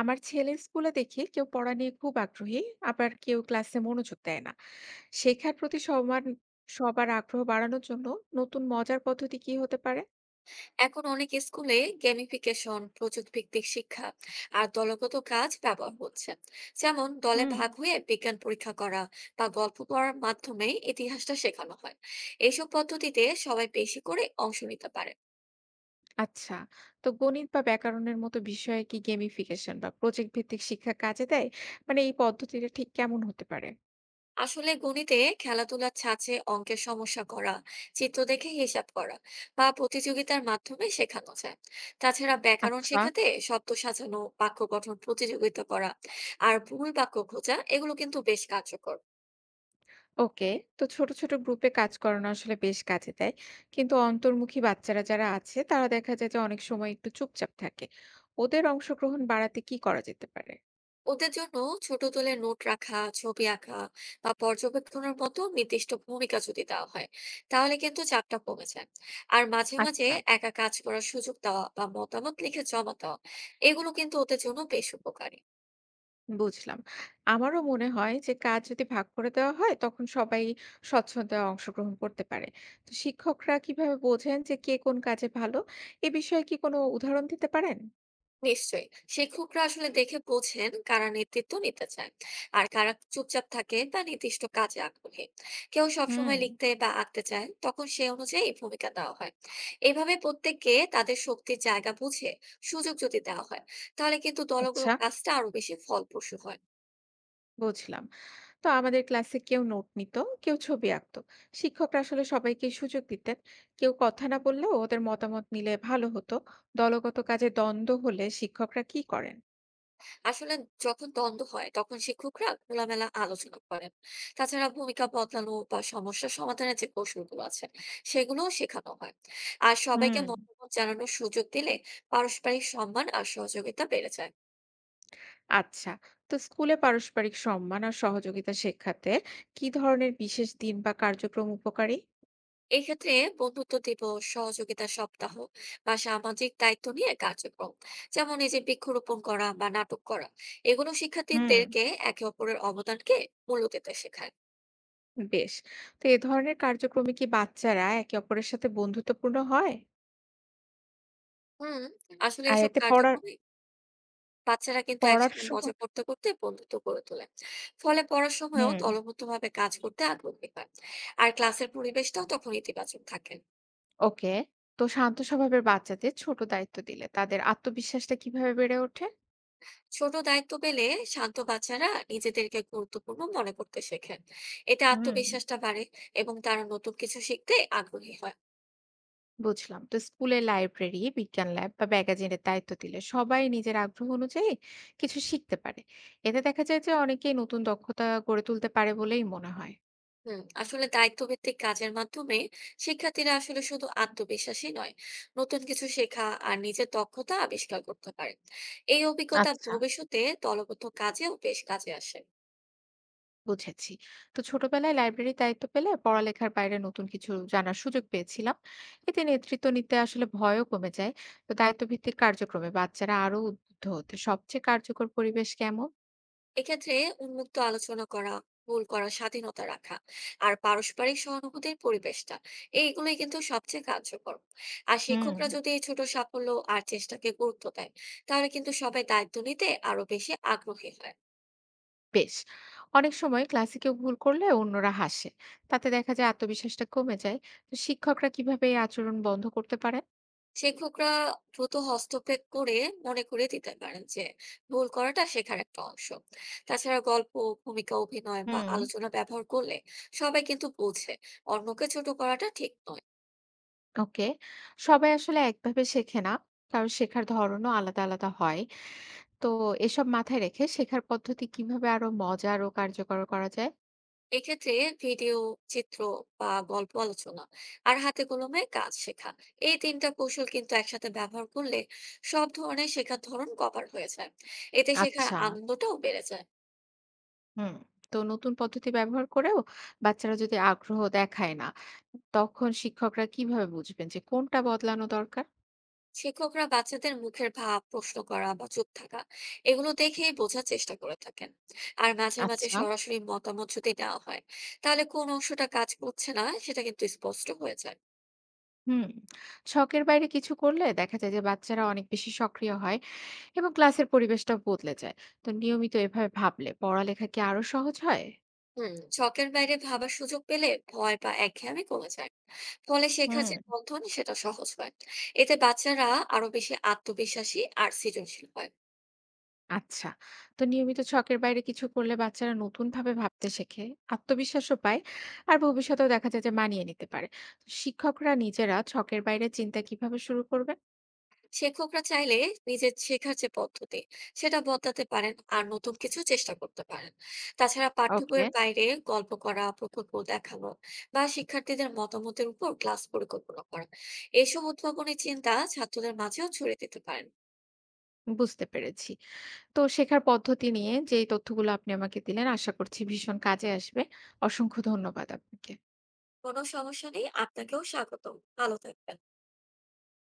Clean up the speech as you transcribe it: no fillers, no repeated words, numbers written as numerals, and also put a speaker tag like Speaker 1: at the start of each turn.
Speaker 1: আমার ছেলের স্কুলে দেখি কেউ পড়া নিয়ে খুব আগ্রহী, আবার কেউ ক্লাসে মনোযোগ দেয় না শেখার প্রতি সমান। সবার আগ্রহ বাড়ানোর জন্য নতুন মজার পদ্ধতি কি হতে পারে?
Speaker 2: এখন অনেক স্কুলে গেমিফিকেশন, প্রযুক্তি ভিত্তিক শিক্ষা আর দলগত কাজ ব্যবহার হচ্ছে। যেমন দলে
Speaker 1: হুম।
Speaker 2: ভাগ হয়ে বিজ্ঞান পরীক্ষা করা বা গল্প পড়ার মাধ্যমে ইতিহাসটা শেখানো হয়। এইসব পদ্ধতিতে সবাই বেশি করে অংশ নিতে পারে।
Speaker 1: আচ্ছা, তো গণিত বা ব্যাকরণের মতো বিষয়ে কি গেমিফিকেশন বা প্রজেক্ট ভিত্তিক শিক্ষা কাজে দেয়? মানে এই পদ্ধতিটা ঠিক কেমন হতে পারে?
Speaker 2: আসলে গণিতে খেলাধুলার ছাঁচে অঙ্কের সমস্যা করা, চিত্র দেখে হিসাব করা বা প্রতিযোগিতার মাধ্যমে শেখানো যায়। তাছাড়া ব্যাকরণ
Speaker 1: আচ্ছা।
Speaker 2: শেখাতে শব্দ সাজানো, বাক্য গঠন প্রতিযোগিতা করা আর ভুল বাক্য খোঁজা, এগুলো কিন্তু বেশ কার্যকর।
Speaker 1: ওকে, তো ছোট ছোট গ্রুপে কাজ করানো আসলে বেশ কাজে দেয়, কিন্তু অন্তর্মুখী বাচ্চারা যারা আছে তারা দেখা যায় যে অনেক সময় একটু চুপচাপ থাকে। ওদের অংশগ্রহণ বাড়াতে কি করা যেতে পারে?
Speaker 2: ওদের জন্য ছোট দলে নোট রাখা, ছবি আঁকা বা পর্যবেক্ষণের মতো নির্দিষ্ট ভূমিকা যদি দেওয়া হয়, তাহলে কিন্তু চাপটা কমে যায়। আর মাঝে মাঝে
Speaker 1: আচ্ছা,
Speaker 2: একা কাজ করার সুযোগ দেওয়া বা মতামত লিখে জমা দেওয়া, এগুলো কিন্তু ওদের জন্য বেশ উপকারী।
Speaker 1: বুঝলাম। আমারও মনে হয় যে কাজ যদি ভাগ করে দেওয়া হয় তখন সবাই স্বচ্ছন্দায় অংশগ্রহণ করতে পারে। তো শিক্ষকরা কিভাবে বোঝেন যে কে কোন কাজে ভালো? এ বিষয়ে কি কোনো উদাহরণ দিতে পারেন?
Speaker 2: নিশ্চয়ই, শিক্ষকরা আসলে দেখে বোঝেন কারা নেতৃত্ব নিতে চায় আর কারা চুপচাপ থাকে বা নির্দিষ্ট কাজে আগ্রহী। কেউ
Speaker 1: হুম।
Speaker 2: সবসময় লিখতে বা আঁকতে চায়, তখন সে অনুযায়ী ভূমিকা দেওয়া হয়। এভাবে প্রত্যেককে তাদের শক্তির জায়গা বুঝে সুযোগ যদি দেওয়া হয়, তাহলে কিন্তু দলগুলো
Speaker 1: আচ্ছা,
Speaker 2: কাজটা আরো বেশি ফলপ্রসূ হয়।
Speaker 1: বুঝলাম। তো আমাদের ক্লাসে কেউ নোট নিত, কেউ ছবি আঁকতো। শিক্ষকরা আসলে সবাইকে সুযোগ দিতেন। কেউ কথা না বললেও ওদের মতামত নিলে ভালো হতো। দলগত কাজে দ্বন্দ্ব হলে শিক্ষকরা কি করেন?
Speaker 2: আসলে যখন দ্বন্দ্ব হয় তখন শিক্ষকরা খোলামেলা আলোচনা করেন। তাছাড়া ভূমিকা বদলানো বা সমস্যা সমাধানের যে কৌশলগুলো আছে সেগুলোও শেখানো হয়। আর
Speaker 1: হুম।
Speaker 2: সবাইকে মতামত জানানোর সুযোগ দিলে পারস্পরিক সম্মান আর সহযোগিতা বেড়ে যায়।
Speaker 1: আচ্ছা, তো স্কুলে পারস্পরিক সম্মান আর সহযোগিতা শেখাতে কি ধরনের বিশেষ দিন বা কার্যক্রম উপকারী?
Speaker 2: এক্ষেত্রে বন্ধুত্ব দিবস, সহযোগিতা সপ্তাহ বা সামাজিক দায়িত্ব নিয়ে কার্যক্রম, যেমন এই যে বৃক্ষরোপণ করা বা নাটক করা, এগুলো
Speaker 1: হুম।
Speaker 2: শিক্ষার্থীদেরকে একে অপরের অবদানকে মূল্য দিতে শেখায়।
Speaker 1: বেশ। তো এ ধরনের কার্যক্রমে কি বাচ্চারা একে অপরের সাথে বন্ধুত্বপূর্ণ হয়?
Speaker 2: হুম, আসলে
Speaker 1: আর
Speaker 2: এইসব
Speaker 1: এতে পড়ার
Speaker 2: কার্যক্রমে বাচ্চারা কিন্তু
Speaker 1: পড়ার
Speaker 2: একসাথে মজা
Speaker 1: সময়।
Speaker 2: করতে করতে বন্ধুত্ব গড়ে তোলে। ফলে পড়ার সময়ও
Speaker 1: হুম।
Speaker 2: দলবদ্ধভাবে কাজ করতে আগ্রহী হয়, আর ক্লাসের পরিবেশটাও তখন ইতিবাচক থাকে।
Speaker 1: ওকে। তো শান্ত স্বভাবের বাচ্চাদের ছোট দায়িত্ব দিলে তাদের আত্মবিশ্বাসটা কিভাবে বেড়ে ওঠে?
Speaker 2: ছোট দায়িত্ব পেলে শান্ত বাচ্চারা নিজেদেরকে গুরুত্বপূর্ণ মনে করতে শেখেন। এতে
Speaker 1: হুম।
Speaker 2: আত্মবিশ্বাসটা বাড়ে এবং তারা নতুন কিছু শিখতে আগ্রহী হয়।
Speaker 1: বুঝলাম, তো স্কুলের লাইব্রেরি, বিজ্ঞান ল্যাব বা ম্যাগাজিনের দায়িত্ব দিলে সবাই নিজের আগ্রহ অনুযায়ী কিছু শিখতে পারে। এতে দেখা যায় যে অনেকেই নতুন দক্ষতা গড়ে তুলতে পারে বলেই মনে হয়।
Speaker 2: হুম, আসলে দায়িত্বভিত্তিক কাজের মাধ্যমে শিক্ষার্থীরা আসলে শুধু আত্মবিশ্বাসী নয়, নতুন কিছু শেখা আর নিজের দক্ষতা আবিষ্কার করতে পারে। এই অভিজ্ঞতা
Speaker 1: আচ্ছা,
Speaker 2: ভবিষ্যতে দলবদ্ধ কাজেও বেশ কাজে আসে।
Speaker 1: বুঝেছি। তো ছোটবেলায় লাইব্রেরির দায়িত্ব পেলে পড়ালেখার বাইরে নতুন কিছু জানার সুযোগ পেয়েছিলাম। এতে নেতৃত্ব নিতে আসলে ভয়ও কমে যায়। তো দায়িত্ব ভিত্তিক কার্যক্রমে বাচ্চারা আরো উদ্বুদ্ধ হতে সবচেয়ে কার্যকর পরিবেশ কেমন?
Speaker 2: এক্ষেত্রে উন্মুক্ত আলোচনা করা, ভুল করার স্বাধীনতা রাখা আর পারস্পরিক সহানুভূতির পরিবেশটা, এইগুলোই কিন্তু সবচেয়ে কার্যকর। আর
Speaker 1: হুম।
Speaker 2: শিক্ষকরা যদি এই ছোট সাফল্য আর চেষ্টাকে গুরুত্ব দেয়, তাহলে কিন্তু সবাই দায়িত্ব নিতে আরো বেশি আগ্রহী হয়।
Speaker 1: বেশ! অনেক সময় ক্লাসে কেউ ভুল করলে অন্যরা হাসে। তাতে দেখা যায় আত্মবিশ্বাসটা কমে যায়। তো শিক্ষকরা কিভাবে এই আচরণ বন্ধ করতে পারেন?
Speaker 2: শিক্ষকরা দ্রুত হস্তক্ষেপ করে মনে করে দিতে পারেন যে ভুল করাটা শেখার একটা অংশ। তাছাড়া গল্প, ভূমিকা অভিনয় বা
Speaker 1: হুম।
Speaker 2: আলোচনা ব্যবহার করলে সবাই কিন্তু বোঝে অন্যকে ছোট করাটা ঠিক নয়।
Speaker 1: ওকে। সবাই আসলে একভাবে শেখে না। কারণ শেখার ধরনও আলাদা, আলাদা হয়। তো এসব মাথায় রেখে শেখার পদ্ধতি কিভাবে আরো মজার ও কার্যকর করা যায়?
Speaker 2: এক্ষেত্রে ভিডিও, চিত্র বা গল্প আলোচনা আর হাতে কলমে কাজ শেখা, এই তিনটা কৌশল কিন্তু একসাথে ব্যবহার করলে সব ধরনের শেখার ধরন কভার হয়ে যায়। এতে শেখার
Speaker 1: আচ্ছা।
Speaker 2: আনন্দটাও বেড়ে যায়।
Speaker 1: হুম। তো নতুন পদ্ধতি ব্যবহার করেও বাচ্চারা যদি আগ্রহ দেখায় না, তখন শিক্ষকরা কিভাবে বুঝবেন যে কোনটা বদলানো দরকার?
Speaker 2: শিক্ষকরা বাচ্চাদের মুখের ভাব, প্রশ্ন করা বা চুপ থাকা, এগুলো দেখেই বোঝার চেষ্টা করে থাকেন। আর মাঝে মাঝে
Speaker 1: আচ্ছা।
Speaker 2: সরাসরি মতামত যদি নেওয়া হয়, তাহলে কোন অংশটা কাজ করছে না সেটা কিন্তু স্পষ্ট হয়ে যায়।
Speaker 1: হুম, শখের বাইরে কিছু করলে দেখা যায় যে বাচ্চারা অনেক বেশি সক্রিয় হয় এবং ক্লাসের পরিবেশটা বদলে যায়। তো নিয়মিত এভাবে ভাবলে পড়ালেখা কি আরো সহজ হয়?
Speaker 2: হুম, ছকের বাইরে ভাবার সুযোগ পেলে ভয় বা একঘেয়েমি কমে যায়। ফলে শেখার
Speaker 1: হুম,
Speaker 2: যে বন্ধন সেটা সহজ হয়। এতে বাচ্চারা আরো বেশি আত্মবিশ্বাসী আর সৃজনশীল হয়।
Speaker 1: আচ্ছা। তো নিয়মিত শখের বাইরে কিছু করলে বাচ্চারা নতুন ভাবে ভাবতে শেখে, আত্মবিশ্বাসও পায়, আর ভবিষ্যতেও দেখা যায় যে মানিয়ে নিতে পারে। তো শিক্ষকরা নিজেরা ছকের বাইরে চিন্তা কিভাবে শুরু করবে?
Speaker 2: শিক্ষকরা চাইলে নিজের শেখার যে পদ্ধতি সেটা বদলাতে পারেন আর নতুন কিছু চেষ্টা করতে পারেন। তাছাড়া পাঠ্য
Speaker 1: ওকে,
Speaker 2: বইয়ের বাইরে গল্প করা, প্রকল্প দেখানো বা শিক্ষার্থীদের মতামতের উপর ক্লাস পরিকল্পনা করা, এইসব উদ্ভাবনী চিন্তা ছাত্রদের মাঝেও ছড়িয়ে দিতে পারেন।
Speaker 1: বুঝতে পেরেছি। তো শেখার পদ্ধতি নিয়ে যে তথ্যগুলো আপনি আমাকে দিলেন আশা করছি ভীষণ কাজে আসবে। অসংখ্য ধন্যবাদ আপনাকে।
Speaker 2: কোনো সমস্যা নেই, আপনাকেও স্বাগতম, ভালো থাকবেন।